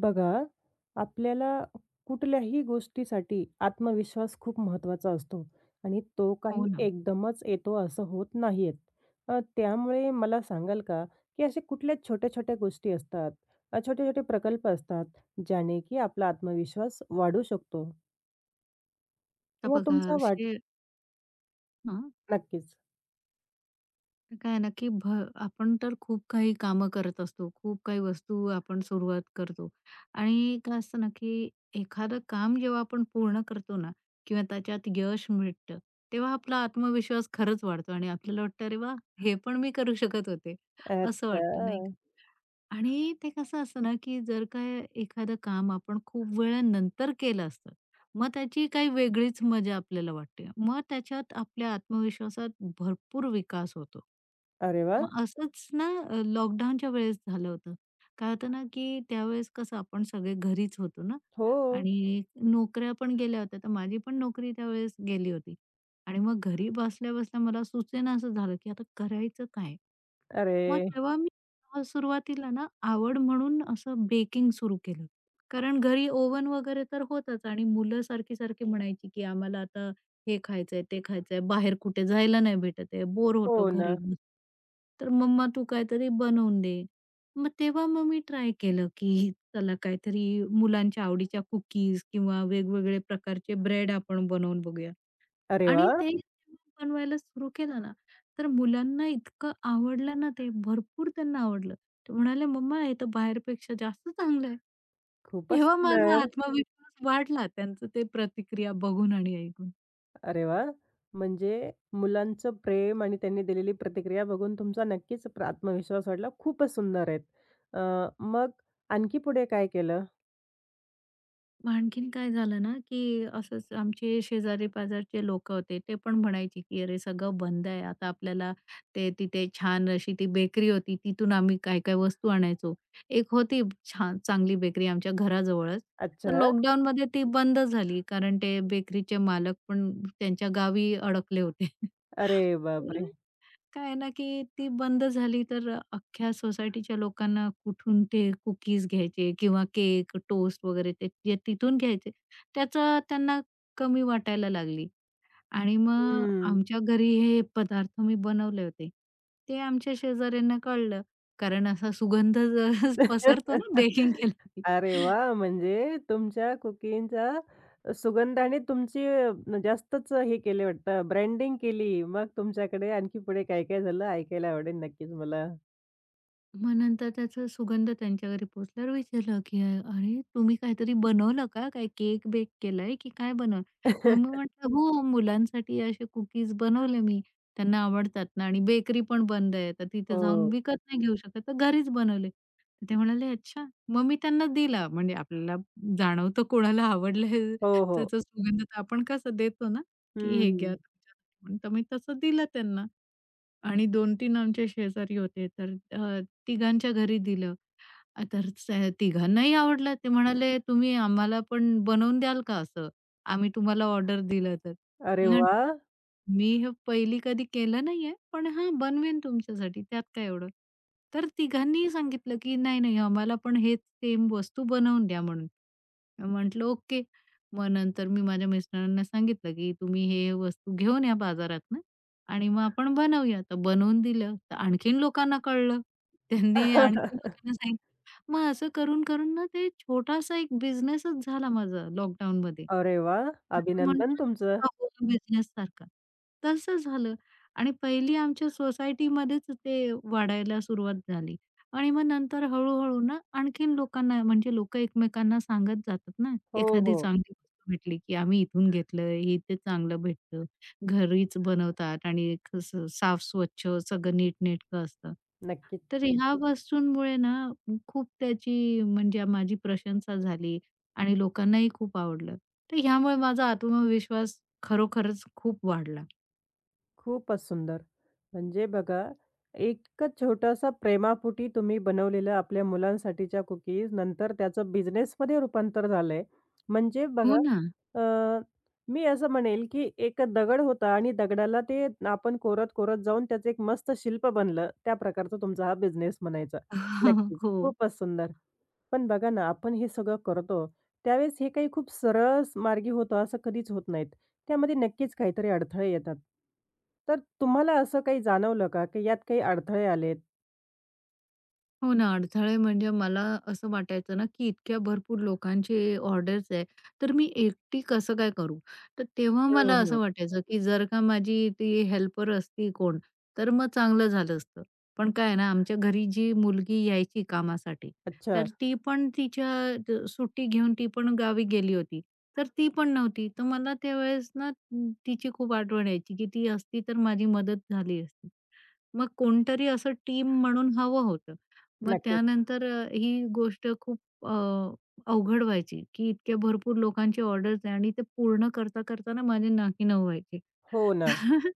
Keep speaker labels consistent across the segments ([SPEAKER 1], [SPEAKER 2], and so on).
[SPEAKER 1] बघा, आपल्याला कुठल्याही गोष्टीसाठी आत्मविश्वास खूप महत्त्वाचा असतो आणि तो
[SPEAKER 2] हो
[SPEAKER 1] काही
[SPEAKER 2] ना.
[SPEAKER 1] एकदमच येतो असं होत नाहीयेत. त्यामुळे मला सांगाल का, की अशा कुठल्या छोट्या-छोट्या गोष्टी असतात, छोटे-छोटे प्रकल्प असतात, ज्याने की आपला आत्मविश्वास वाढू शकतो
[SPEAKER 2] तर
[SPEAKER 1] किंवा
[SPEAKER 2] बघा
[SPEAKER 1] तुमचा वाढ
[SPEAKER 2] असे हां,
[SPEAKER 1] नक्कीच.
[SPEAKER 2] तर काय आहे ना, की भ आपण तर खूप काही कामं करत असतो. खूप काही वस्तू आपण सुरुवात करतो आणि काय असतं ना, की एखादं काम जेव्हा आपण पूर्ण करतो ना किंवा त्याच्यात यश मिळतं, तेव्हा आपला आत्मविश्वास खरंच वाढतो आणि आपल्याला वाटतं, "अरे वाह! हे पण मी करू शकत होते." असं
[SPEAKER 1] अच्छा.
[SPEAKER 2] वाटतं नाही का? आणि ते कसं असतं ना, की जर का एखादं काम आपण खूप वेळानंतर केलं असतं, मग त्याची काही वेगळीच मजा आपल्याला वाटते. मग त्याच्यात आपल्या आत्मविश्वासात भरपूर विकास होतो.
[SPEAKER 1] अरे वाह!
[SPEAKER 2] मग असंच ना लॉकडाऊनच्या वेळेस झालं होतं. काय होतं ना, की त्यावेळेस कसं आपण सगळे घरीच होतो ना
[SPEAKER 1] हो.
[SPEAKER 2] आणि नोकऱ्या पण गेल्या होत्या. तर माझी पण नोकरी त्यावेळेस गेली होती आणि मग घरी बसल्या-बसल्या मला सुचेना असं झालं, की आता करायचं काय? मग
[SPEAKER 1] अरे,
[SPEAKER 2] तेव्हा मी सुरुवातीला ना आवड म्हणून असं बेकिंग सुरू केलं. कारण घरी ओव्हन वगैरे तर होताच आणि मुलं सारखी-सारखी म्हणायची, की "आम्हाला आता हे खायचंय, ते खायचंय, बाहेर कुठे जायला नाही भेटत आहे, बोर
[SPEAKER 1] हो
[SPEAKER 2] होतो
[SPEAKER 1] ना.
[SPEAKER 2] घरी बसून. तर मम्मा तू काहीतरी बनवून दे." मग तेव्हा मी ट्राय केलं, की चला काहीतरी मुलांच्या आवडीच्या कुकीज किंवा वेगवेगळे प्रकारचे ब्रेड आपण बनवून बघूया.
[SPEAKER 1] अरे
[SPEAKER 2] आणि
[SPEAKER 1] वाह!
[SPEAKER 2] ते जेव्हा बनवायला सुरू केलं ना, तर मुलांना इतकं आवडलं ना ते, भरपूर त्यांना आवडलं. ते म्हणाले, "मम्मा हे तर बाहेरपेक्षा जास्त चांगलं आहे."
[SPEAKER 1] खूपच
[SPEAKER 2] तेव्हा माझा
[SPEAKER 1] सुंदर.
[SPEAKER 2] आत्मविश्वास वाढला त्यांचं ते प्रतिक्रिया बघून आणि ऐकून.
[SPEAKER 1] अरे वाह! म्हणजे मुलांचं प्रेम आणि त्यांनी दिलेली प्रतिक्रिया बघून तुमचा नक्कीच आत्मविश्वास वाढला. खूपच सुंदर आहेत. अ, मग आणखी पुढे काय केलं?
[SPEAKER 2] मग आणखीन काय झालं ना, की असंच आमचे शेजारी-पाजारचे लोकं होते. ते पण म्हणायचे, की "अरे, सगळं बंद आहे. आता आपल्याला ते तिथे छान अशी ती बेकरी होती, तिथून आम्ही काय-काय वस्तू आणायचो." एक होती छान चांगली बेकरी आमच्या घराजवळच. तर
[SPEAKER 1] अच्छा.
[SPEAKER 2] लॉकडाऊनमध्ये ती बंद झाली, कारण ते बेकरीचे मालक पण त्यांच्या गावी अडकले होते.
[SPEAKER 1] अरे बापरे!
[SPEAKER 2] काय आहे ना, की ती बंद झाली तर अख्ख्या सोसायटीच्या लोकांना कुठून ते कुकीज घ्यायचे किंवा केक, टोस्ट वगैरे ते जे तिथून घ्यायचे, त्याचं त्यांना कमी वाटायला लागली आणि मग
[SPEAKER 1] हं.
[SPEAKER 2] आमच्या घरी हे पदार्थ मी बनवले होते. ते आमच्या शेजाऱ्यांना कळलं कारण असा सुगंध पसरतो ना बेकिंग केलं की.
[SPEAKER 1] अरे वाह! म्हणजे तुमच्या कुकिंगचा सुगंधाने तुमची जास्तच हे केले वाटतं ब्रँडिंग केली. मग तुमच्याकडे आणखी पुढे काय-काय झालं ऐकायला आवडेल नक्कीच मला.
[SPEAKER 2] मग नंतर त्याचा सुगंध त्यांच्या घरी पोहोचल्यावर विचारलं, की "अरे, तुम्ही काहीतरी बनवलं का? काय केक बेक केलाय की काय बनवलं?" मग मी म्हटलं, "हो, मुलांसाठी असे कुकीज बनवले मी. त्यांना आवडतात ना आणि बेकरी पण बंद आहे, तर तिथे जाऊन
[SPEAKER 1] हो.
[SPEAKER 2] विकत नाही घेऊ शकत, तर घरीच बनवले." तर ते म्हणाले, "अच्छा." मग मी त्यांना दिला. म्हणजे आपल्याला जाणवतं कोणाला आवडलं
[SPEAKER 1] हो, हो.
[SPEAKER 2] त्याचा सुगंध तर आपण कसं देतो ना, की
[SPEAKER 1] हं,
[SPEAKER 2] "हे घ्या
[SPEAKER 1] हं.
[SPEAKER 2] तुमच्यासाठी." म्हणून. तर मी तसं दिलं त्यांना. आणि 2-3 आमचे शेजारी होते. तर तिघांच्या घरी दिलं. अ, तर स तिघांनाही आवडलं. ते म्हणाले, "तुम्ही आम्हाला पण बनवून द्याल का असं? आम्ही तुम्हाला ऑर्डर दिलं तर."
[SPEAKER 1] अरे वाह!
[SPEAKER 2] मी हे पहिली कधी केलं नाहीये, पण हां, बनवेन तुमच्यासाठी त्यात काय एवढं. तर तिघांनीही सांगितलं, की "नाही, नाही आम्हाला पण हे सेम वस्तू बनवून द्या" म्हणून. म्हटलं, "ओके." मग नंतर मी माझ्या मिस्टरांना सांगितलं, की "तुम्ही हे वस्तू घेऊन या बाजारातनं आणि मग आपण बनवूया." तर बनवून दिलं. तर आणखीन लोकांना कळलं. त्यांनी आणखीन लोकांना सांगितलं. मग असं करून-करून ना ते छोटासा एक बिझनेसच झाला माझा लॉकडाऊनमध्ये.
[SPEAKER 1] अरे वाह!
[SPEAKER 2] आपण
[SPEAKER 1] अभिनंदन
[SPEAKER 2] म्हणतो
[SPEAKER 1] तुमचं.
[SPEAKER 2] ना होम बिझनेससारखा. तसं झालं आणि पहिली आमच्या सोसायटीमध्येच ते वाढायला सुरुवात झाली आणि मग नंतर हळू-हळू ना आणखीन लोकांना म्हणजे लोकं एकमेकांना सांगत जातात ना,
[SPEAKER 1] हो,
[SPEAKER 2] एखादी
[SPEAKER 1] हो.
[SPEAKER 2] चांगली गोष्ट भेटली, की आम्ही इथून घेतलं, हे इथे चांगलं भेटतं. घरीच बनवतात आणि कसं साफ स्वच्छ सगळं नीटनेटकं असतं.
[SPEAKER 1] नक्कीच.
[SPEAKER 2] तर ह्या वस्तूंमुळे ना खूप त्याची म्हणजे माझी प्रशंसा झाली आणि लोकांनाही खूप आवडलं. तर ह्यामुळे माझा आत्मविश्वास खरोखरच खूप वाढला.
[SPEAKER 1] खूपच सुंदर. म्हणजे बघा, एक छोटासा प्रेमापुटी तुम्ही बनवलेलं आपल्या मुलांसाठीच्या कुकीज नंतर त्याचं बिझनेसमध्ये रूपांतर झालंय. म्हणजे बघा
[SPEAKER 2] हो ना.
[SPEAKER 1] अ, मी असं म्हणेल, की एक दगड होता आणि दगडाला ते आपण कोरत-कोरत जाऊन त्याचं एक मस्त शिल्प बनलं. त्या प्रकारचा तुमचा हा बिझनेस म्हणायचा. नक्कीच.
[SPEAKER 2] हो.
[SPEAKER 1] खूपच सुंदर. पण बघा ना, आपण हे सगळं करतो, त्यावेळेस हे काही खूप सरळ मार्गी होतं असं कधीच होत नाहीत. त्यामध्ये नक्कीच काहीतरी अडथळे येतात. तर तुम्हाला असं काही जाणवलं का, की यात काही अडथळे आलेत?
[SPEAKER 2] हो ना, अडथळे म्हणजे मला असं वाटायचं ना, की इतक्या भरपूर लोकांचे ऑर्डर्स आहे, तर मी एकटी कसं काय करू? तर तेव्हा
[SPEAKER 1] हं,
[SPEAKER 2] मला
[SPEAKER 1] हं.
[SPEAKER 2] असं वाटायचं, की जर का माझी ती हेल्पर असती कोण, तर मग चांगलं झालं असतं. पण काय आहे ना, आमच्या घरी जी मुलगी यायची कामासाठी,
[SPEAKER 1] अच्छा.
[SPEAKER 2] तर ती पण तिच्या सुट्टी घेऊन ती पण गावी गेली होती. तर ती पण नव्हती. तर मला त्यावेळेस ना तिची खूप आठवण यायची, की ती असती तर माझी मदत झाली असती. मग कोणतरी असं टीम म्हणून हवं होतं. मग
[SPEAKER 1] नक्कीच.
[SPEAKER 2] त्यानंतर ही गोष्ट खूप अ, अवघड व्हायची, की इतक्या भरपूर लोकांची ऑर्डर्स आहे आणि ते पूर्ण करता करताना माझे नाकीनऊ व्हायचे.
[SPEAKER 1] हो ना.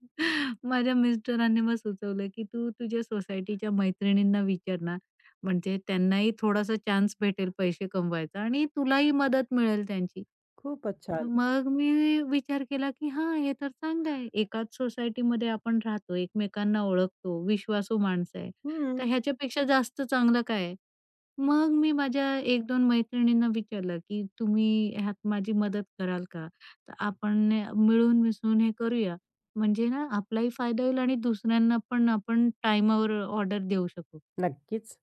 [SPEAKER 2] माझ्या मिस्टरांनी मग सुचवलं, की "तू तुझ्या सोसायटीच्या मैत्रिणींना विचार ना, म्हणजे त्यांनाही थोडासा चान्स भेटेल पैसे कमवायचा आणि तुलाही मदत मिळेल त्यांची."
[SPEAKER 1] खूपच
[SPEAKER 2] तर
[SPEAKER 1] छान.
[SPEAKER 2] मग मी विचार केला, की हां, हे तर चांगलं आहे. एकाच सोसायटीमध्ये आपण राहतो, एकमेकांना ओळखतो, विश्वासू माणसं आहे. तर
[SPEAKER 1] हं.
[SPEAKER 2] ह्याच्यापेक्षा जास्त चांगलं काय आहे? मग मी माझ्या 1-2 मैत्रिणींना विचारलं, की "तुम्ही ह्यात माझी मदत कराल का? तर आपण मिळून मिसळून हे करूया. म्हणजे ना आपलाही फायदा होईल आणि दुसऱ्यांना पण आपण टाईमावर ऑर्डर देऊ शकू."
[SPEAKER 1] नक्कीच.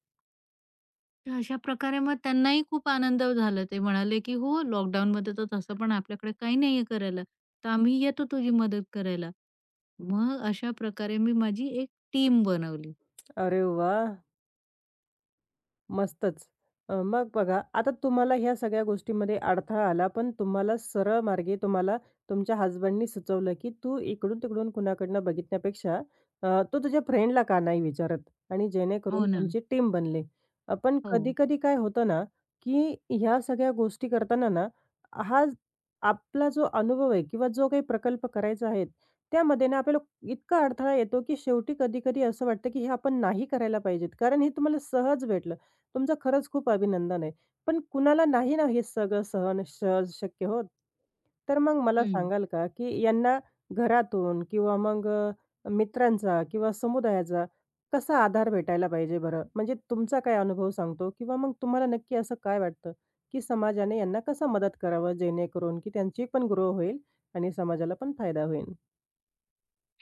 [SPEAKER 2] तर अशा प्रकारे मग त्यांनाही खूप आनंद झाला. ते म्हणाले, की "हो, लॉकडाऊनमध्ये तर तसं पण आपल्याकडे काही नाहीये करायला. तर आम्ही येतो तुझी मदत करायला." मग अशा प्रकारे मी माझी एक टीम बनवली.
[SPEAKER 1] अरे वाह! मस्तच. मग बघा, आता तुम्हाला ह्या सगळ्या गोष्टीमध्ये अडथळा आला, पण तुम्हाला सरळ मार्गे तुम्हाला तुमच्या हसबंडनी सुचवलं, की "तू इकडून-तिकडून कुणाकडनं बघितण्यापेक्षा तू तुझ्या फ्रेंडला का नाही विचारत?" आणि जेणेकरून
[SPEAKER 2] हो ना.
[SPEAKER 1] तुमची टीम बनली. पण
[SPEAKER 2] हो.
[SPEAKER 1] कधी-कधी काय होतं ना, की ह्या सगळ्या गोष्टी करताना ना, हा ज- आपला जो अनुभव आहे किंवा जो काही प्रकल्प करायचा आहे, त्यामध्ये ना आपल्याला इतका अडथळा येतो, की शेवटी कधी-कधी असं वाटतं, की हे आपण नाही करायला पाहिजेत. कारण हे तुम्हाला सहज भेटलं. तुमचं खरंच खूप अभिनंदन आहे. पण कुणाला नाही ना हे सगळं सहन सहज शक्य होत. तर मग मला
[SPEAKER 2] हं.
[SPEAKER 1] सांगाल का, की यांना घरातून किंवा मग मित्रांचा किंवा समुदायाचा कसा आधार भेटायला पाहिजे बरं? म्हणजे तुमचा काय अनुभव सांगतो किंवा मग तुम्हाला नक्की असं काय वाटतं, की समाजाने यांना कसं मदत करावं जेणेकरून की त्यांची पण ग्रो होईल आणि समाजाला पण फायदा होईल?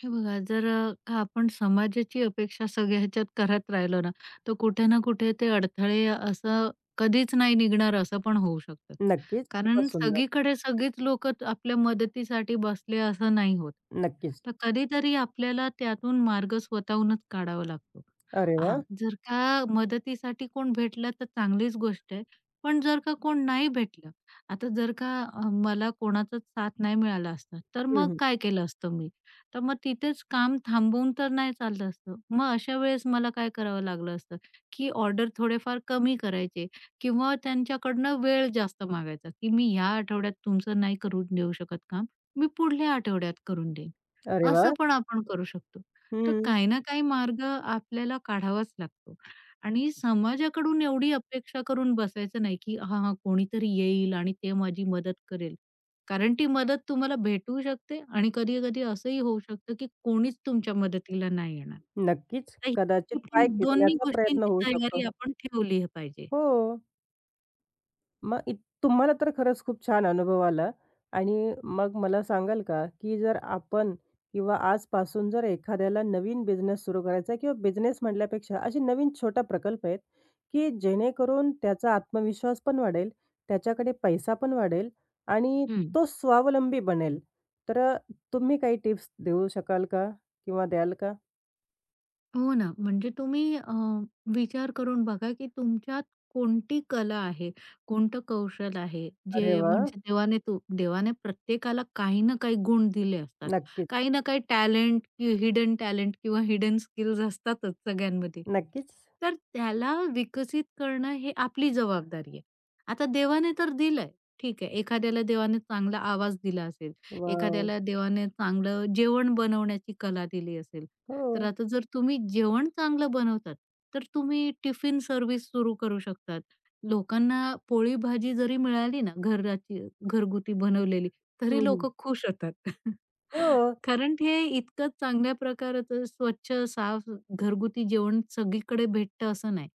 [SPEAKER 2] हे बघा, जर का आपण समाजाची अपेक्षा सगळ्या ह्याच्यात करत राहिलो ना, तर कुठे ना कुठे ते अडथळे असं कधीच नाही निघणार असं पण होऊ शकतं.
[SPEAKER 1] नक्कीच. खूपच
[SPEAKER 2] कारण
[SPEAKER 1] सुंदर.
[SPEAKER 2] सगळीकडे सगळीच लोकं आपल्या मदतीसाठी बसले असं नाही होत.
[SPEAKER 1] नक्कीच.
[SPEAKER 2] तर कधीतरी आपल्याला त्यातून मार्ग स्वतःहूनच काढावा लागतो.
[SPEAKER 1] अरे
[SPEAKER 2] हां,
[SPEAKER 1] वाह!
[SPEAKER 2] जर का मदतीसाठी कोण भेटलं तर चांगलीच गोष्ट आहे. पण जर का कोण नाही भेटलं, आता जर का मला कोणाचाच साथ नाही मिळाला असता, तर
[SPEAKER 1] हं,
[SPEAKER 2] मग
[SPEAKER 1] हं.
[SPEAKER 2] काय केलं असतं मी? तर मग तिथेच काम थांबवून तर नाही चाललं असतं. मग अशा वेळेस मला काय करावं लागलं असतं, की ऑर्डर थोडेफार कमी करायचे किंवा त्यांच्याकडनं वेळ जास्त मागायचा, की "मी ह्या आठवड्यात तुमचं नाही करून देऊ शकत काम, मी पुढल्या आठवड्यात करून देईन."
[SPEAKER 1] अरे
[SPEAKER 2] असं
[SPEAKER 1] वाह!
[SPEAKER 2] पण आपण करू शकतो. तर
[SPEAKER 1] हं.
[SPEAKER 2] काही ना काही मार्ग आपल्याला काढावाच लागतो आणि समाजाकडून एवढी अपेक्षा करून बसायचं नाही, की हां, हां, कोणीतरी येईल आणि ते माझी मदत करेल. कारण ती मदत तुम्हाला भेटू शकते आणि कधी-कधी असंही होऊ शकतं, की कोणीच तुमच्या मदतीला नाही येणार.
[SPEAKER 1] नक्कीच.
[SPEAKER 2] तर ह्याची
[SPEAKER 1] कदाचित पाय
[SPEAKER 2] पण दोन्ही
[SPEAKER 1] खेचण्याचा प्रयत्न
[SPEAKER 2] गोष्टींची
[SPEAKER 1] होऊ शकतो.
[SPEAKER 2] तयारी आपण ठेवली पाहिजे.
[SPEAKER 1] हो. मग इत तुम्हाला तर खरंच खूप छान अनुभव आला आणि मग मला सांगाल का, की जर आपण किंवा आजपासून जर एखाद्याला नवीन बिझनेस सुरू करायचा आहे किंवा बिझनेस म्हटल्यापेक्षा असे नवीन छोटा प्रकल्प आहेत, की जेणेकरून त्याचा आत्मविश्वास पण वाढेल, त्याच्याकडे पैसा पण वाढेल आणि
[SPEAKER 2] हं.
[SPEAKER 1] तो स्वावलंबी बनेल. तर तुम्ही काही टिप्स देऊ शकाल का? किंवा द्याल का?
[SPEAKER 2] हो ना, म्हणजे तुम्ही विचार करून बघा, की तुमच्यात कोणती कला आहे, कोणतं कौशल आहे,
[SPEAKER 1] अरे
[SPEAKER 2] जे
[SPEAKER 1] वाह!
[SPEAKER 2] म्हणजे देवाने प्रत्येकाला काही ना काही गुण दिले असतात.
[SPEAKER 1] नक्कीच,
[SPEAKER 2] काही ना काही टॅलेंट, हिडन टॅलेंट किंवा हिडन स्किल्स असतातच सगळ्यांमध्ये.
[SPEAKER 1] नक्कीच.
[SPEAKER 2] तर त्याला विकसित करणं हे आपली जबाबदारी आहे. आता देवाने तर दिलंय, ठीक आहे. एखाद्याला देवाने चांगला आवाज दिला असेल,
[SPEAKER 1] वॉव!
[SPEAKER 2] एखाद्याला देवाने चांगलं जेवण बनवण्याची कला दिली असेल, तर
[SPEAKER 1] हो.
[SPEAKER 2] आता जर तुम्ही जेवण चांगलं बनवतात, तर तुम्ही टिफिन सर्व्हिस सुरू करू शकतात. लोकांना पोळी भाजी जरी मिळाली ना घराची घरगुती बनवलेली, तरी
[SPEAKER 1] हं, हं.
[SPEAKER 2] लोकं खुश होतात.
[SPEAKER 1] हो,
[SPEAKER 2] कारण हे इतकं चांगल्या प्रकारचं स्वच्छ, साफ घरगुती जेवण सगळीकडे भेटतं असं नाही.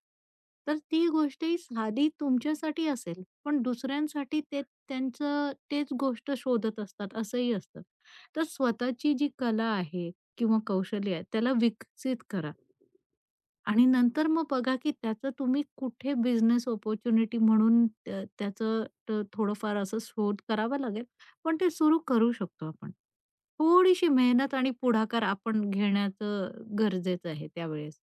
[SPEAKER 2] तर ती गोष्ट ही साधी तुमच्यासाठी असेल, पण दुसऱ्यांसाठी ते त्यांचं तेच गोष्ट शोधत असतात असंही असतं. तर स्वतःची जी कला आहे किंवा कौशल्य आहे त्याला विकसित करा आणि नंतर मग बघा की त्याचं तुम्ही कुठे बिझनेस अपॉर्च्युनिटी म्हणून त्याचं थोडंफार असं शोध करावा लागेल पण ते सुरू करू शकतो आपण थोडीशी मेहनत आणि पुढाकार आपण घेण्याचं गरजेचं आहे त्यावेळेस.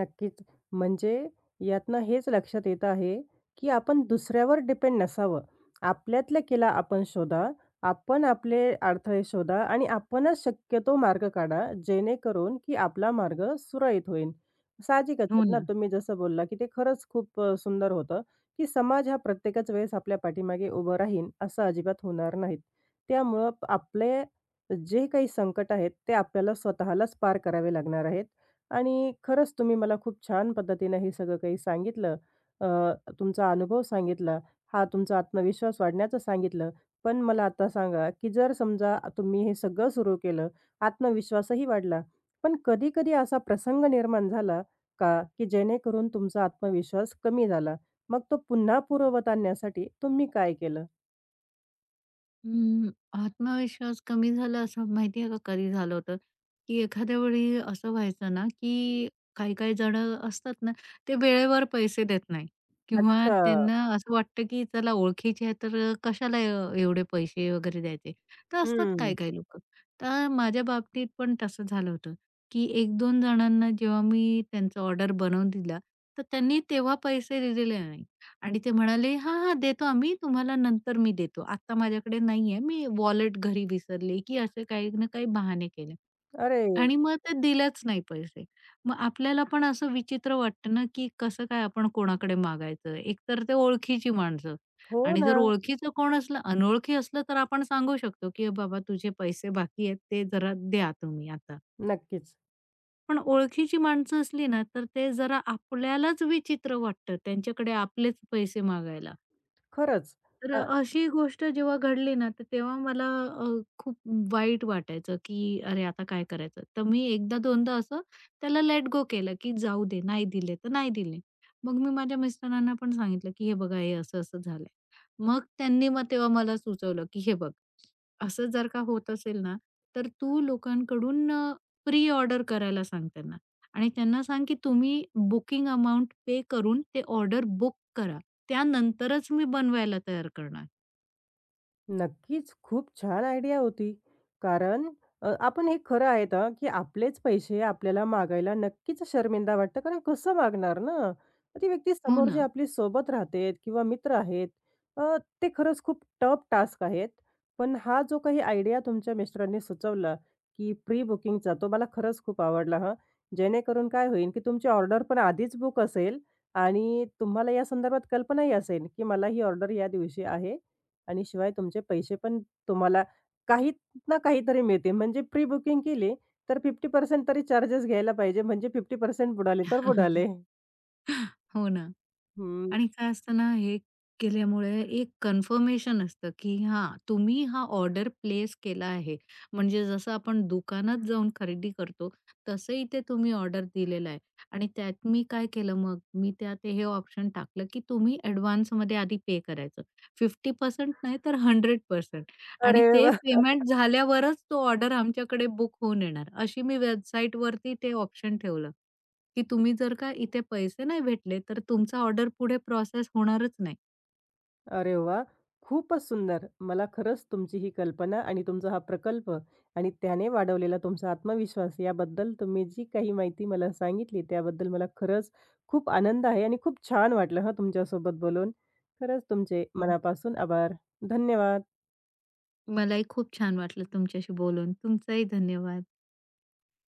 [SPEAKER 1] नक्कीच. म्हणजे यातनं हेच लक्षात येत आहे, की आपण दुसऱ्यावर डिपेंड नसावं. आपल्यातल्या केला आपण शोधा, आपण आपले अडथळे शोधा आणि आपणच शक्यतो मार्ग काढा, जेणेकरून की आपला मार्ग सुरळीत होईल. साहजिकच
[SPEAKER 2] हो
[SPEAKER 1] आहे ना,
[SPEAKER 2] ना.
[SPEAKER 1] तुम्ही जसं बोलला, की ते खरंच खूप सुंदर होतं, की समाज हा प्रत्येकच वेळेस आपल्या पाठीमागे उभं राहील, असं अजिबात होणार नाहीत. त्यामुळं आपले जे काही संकट आहेत, ते आपल्याला स्वतःलाच पार करावे लागणार आहेत. आणि खरंच तुम्ही मला खूप छान पद्धतीनं हे सगळं काही सांगितलं. अ, तुमचा अनुभव सांगितला. हा तुमचा आत्मविश्वास वाढण्याचं सांगितलं. पण मला आता सांगा, की जर समजा तुम्ही हे सगळं सुरू केलं, आत्मविश्वासही वाढला. पण कधी-कधी असा प्रसंग निर्माण झाला का, की जेणेकरून तुमचा आत्मविश्वास कमी झाला? मग तो पुन्हा पूर्ववत आणण्यासाठी तुम्ही काय केलं?
[SPEAKER 2] अं, आत्मविश्वास कमी झाला असं माहिती आहे का कधी झालं होतं, की एखाद्या वेळी असं व्हायचं ना, की काही-काही जणं असतात ना, ते वेळेवर पैसे देत नाही हं. किंवा
[SPEAKER 1] अच्छा.
[SPEAKER 2] त्यांना असं वाटतं, की चला ओळखीचे आहे तर कशाला एवढे पैसे वगैरे द्यायचे. तर असतात
[SPEAKER 1] हं.
[SPEAKER 2] काही-काही लोकं. तर माझ्या बाबतीत पण तसं झालं होतं, की 1-2 जणांना जेव्हा मी त्यांचा ऑर्डर बनवून दिला, तर त्यांनी तेव्हा पैसे दिलेले नाही. आणि ते म्हणाले, "हां, हां, देतो आम्ही. तुम्हाला नंतर मी देतो. आत्ता माझ्याकडे नाहीये. मी वॉलेट घरी विसरले," की असे काही ना काही बहाने केले
[SPEAKER 1] अरे!
[SPEAKER 2] आणि मग ते दिलेच नाही पैसे. मग आपल्याला पण असं विचित्र वाटतं ना, की कसं काय आपण कोणाकडे मागायचं? एकतर ते ओळखीची माणसं
[SPEAKER 1] हो
[SPEAKER 2] आणि
[SPEAKER 1] ना.
[SPEAKER 2] जर ओळखीचं कोण असलं, अनोळखी असलं तर आपण सांगू शकतो, की "बाबा तुझे पैसे बाकी आहेत, ते जरा द्या तुम्ही आता."
[SPEAKER 1] नक्कीच.
[SPEAKER 2] पण ओळखीची माणसं असली ना, तर ते जरा आपल्यालाच विचित्र वाटतं त्यांच्याकडे आपलेच पैसे मागायला.
[SPEAKER 1] खरंच.
[SPEAKER 2] तर अशी गोष्ट जेव्हा घडली ना, तर तेव्हा मला अ, खूप वाईट वाटायचं, की "अरे, आता काय करायचं?" तर मी एकदा दोनदा असं त्याला लेट गो केलं, की "जाऊ दे, नाही दिले तर नाही दिले." मग मी माझ्या मिस्टरांना पण सांगितलं, की "हे बघा, हे असं-असं झालंय." मग त्यांनी तेव्हा मला सुचवलं, की "हे बघ, असं जर का होत असेल ना, तर तू लोकांकडून प्री ऑर्डर करायला सांग त्यांना आणि त्यांना सांग, की तुम्ही बुकिंग अमाउंट पे करून ते ऑर्डर बुक करा." त्यानंतरच मी बनवायला तयार करणार.
[SPEAKER 1] नक्कीच, खूप छान आयडिया होती. कारण आपण हे खरं आहेत हां, की आपलेच पैसे आपल्याला मागायला नक्कीच शर्मिंदा वाटतं. कारण कसं मागणार ना? ती व्यक्ती
[SPEAKER 2] हो
[SPEAKER 1] समोर जी
[SPEAKER 2] ना.
[SPEAKER 1] आपली सोबत राहते किंवा मित्र आहेत, अ, ते खरंच खूप टफ टास्क आहेत. पण हा जो काही आयडिया तुमच्या मिस्टरांनी सुचवला, की प्री बुकिंगचा, तो मला खरंच खूप आवडला हां. जेणेकरून काय होईल, की तुमची ऑर्डर पण आधीच बुक असेल आणि तुम्हाला या संदर्भात कल्पनाही असेल, की मला ही ऑर्डर या दिवशी आहे आणि शिवाय तुमचे पैसे पण तुम्हाला काही ना काहीतरी मिळतील. म्हणजे प्री बुकिंग केली तर 50% तरी चार्जेस घ्यायला पाहिजे. म्हणजे 50% बुडाले तर बुडाले.
[SPEAKER 2] हो ना.
[SPEAKER 1] हं.
[SPEAKER 2] आणि काय असतं ना, हे केल्यामुळे एक कन्फर्मेशन असतं, की हां, तुम्ही हा ऑर्डर प्लेस केला आहे. म्हणजे जसं आपण दुकानात जाऊन खरेदी करतो, तसं इथे तुम्ही ऑर्डर दिलेलं आहे. आणि त्यात मी काय केलं मग, मी त्यात हे ऑप्शन टाकलं, की तुम्ही ॲडव्हान्समध्ये आधी पे करायचं. 50% नाही तर 100% आणि
[SPEAKER 1] अरे
[SPEAKER 2] ते
[SPEAKER 1] वा,
[SPEAKER 2] पेमेंट झाल्यावरच तो ऑर्डर आमच्याकडे बुक होऊन येणार. अशी मी वेबसाईटवरती ते ऑप्शन ठेवलं. की तुम्ही जर का इथे पैसे नाही भेटले, तर तुमचा ऑर्डर पुढे प्रोसेस होणारच नाही.
[SPEAKER 1] अरे वाह! खूपच सुंदर. मला खरंच तुमची ही कल्पना आणि तुमचा हा प्रकल्प आणि त्याने वाढवलेला तुमचा आत्मविश्वास याबद्दल तुम्ही जी काही माहिती मला सांगितली त्याबद्दल मला खरंच खूप आनंद आहे आणि खूप छान वाटलं हं तुमच्यासोबत बोलून. खरंच तुमचे
[SPEAKER 2] हं.
[SPEAKER 1] मनापासून आभार. धन्यवाद.
[SPEAKER 2] मलाही खूप छान वाटलं तुमच्याशी बोलून. तुमचाही धन्यवाद.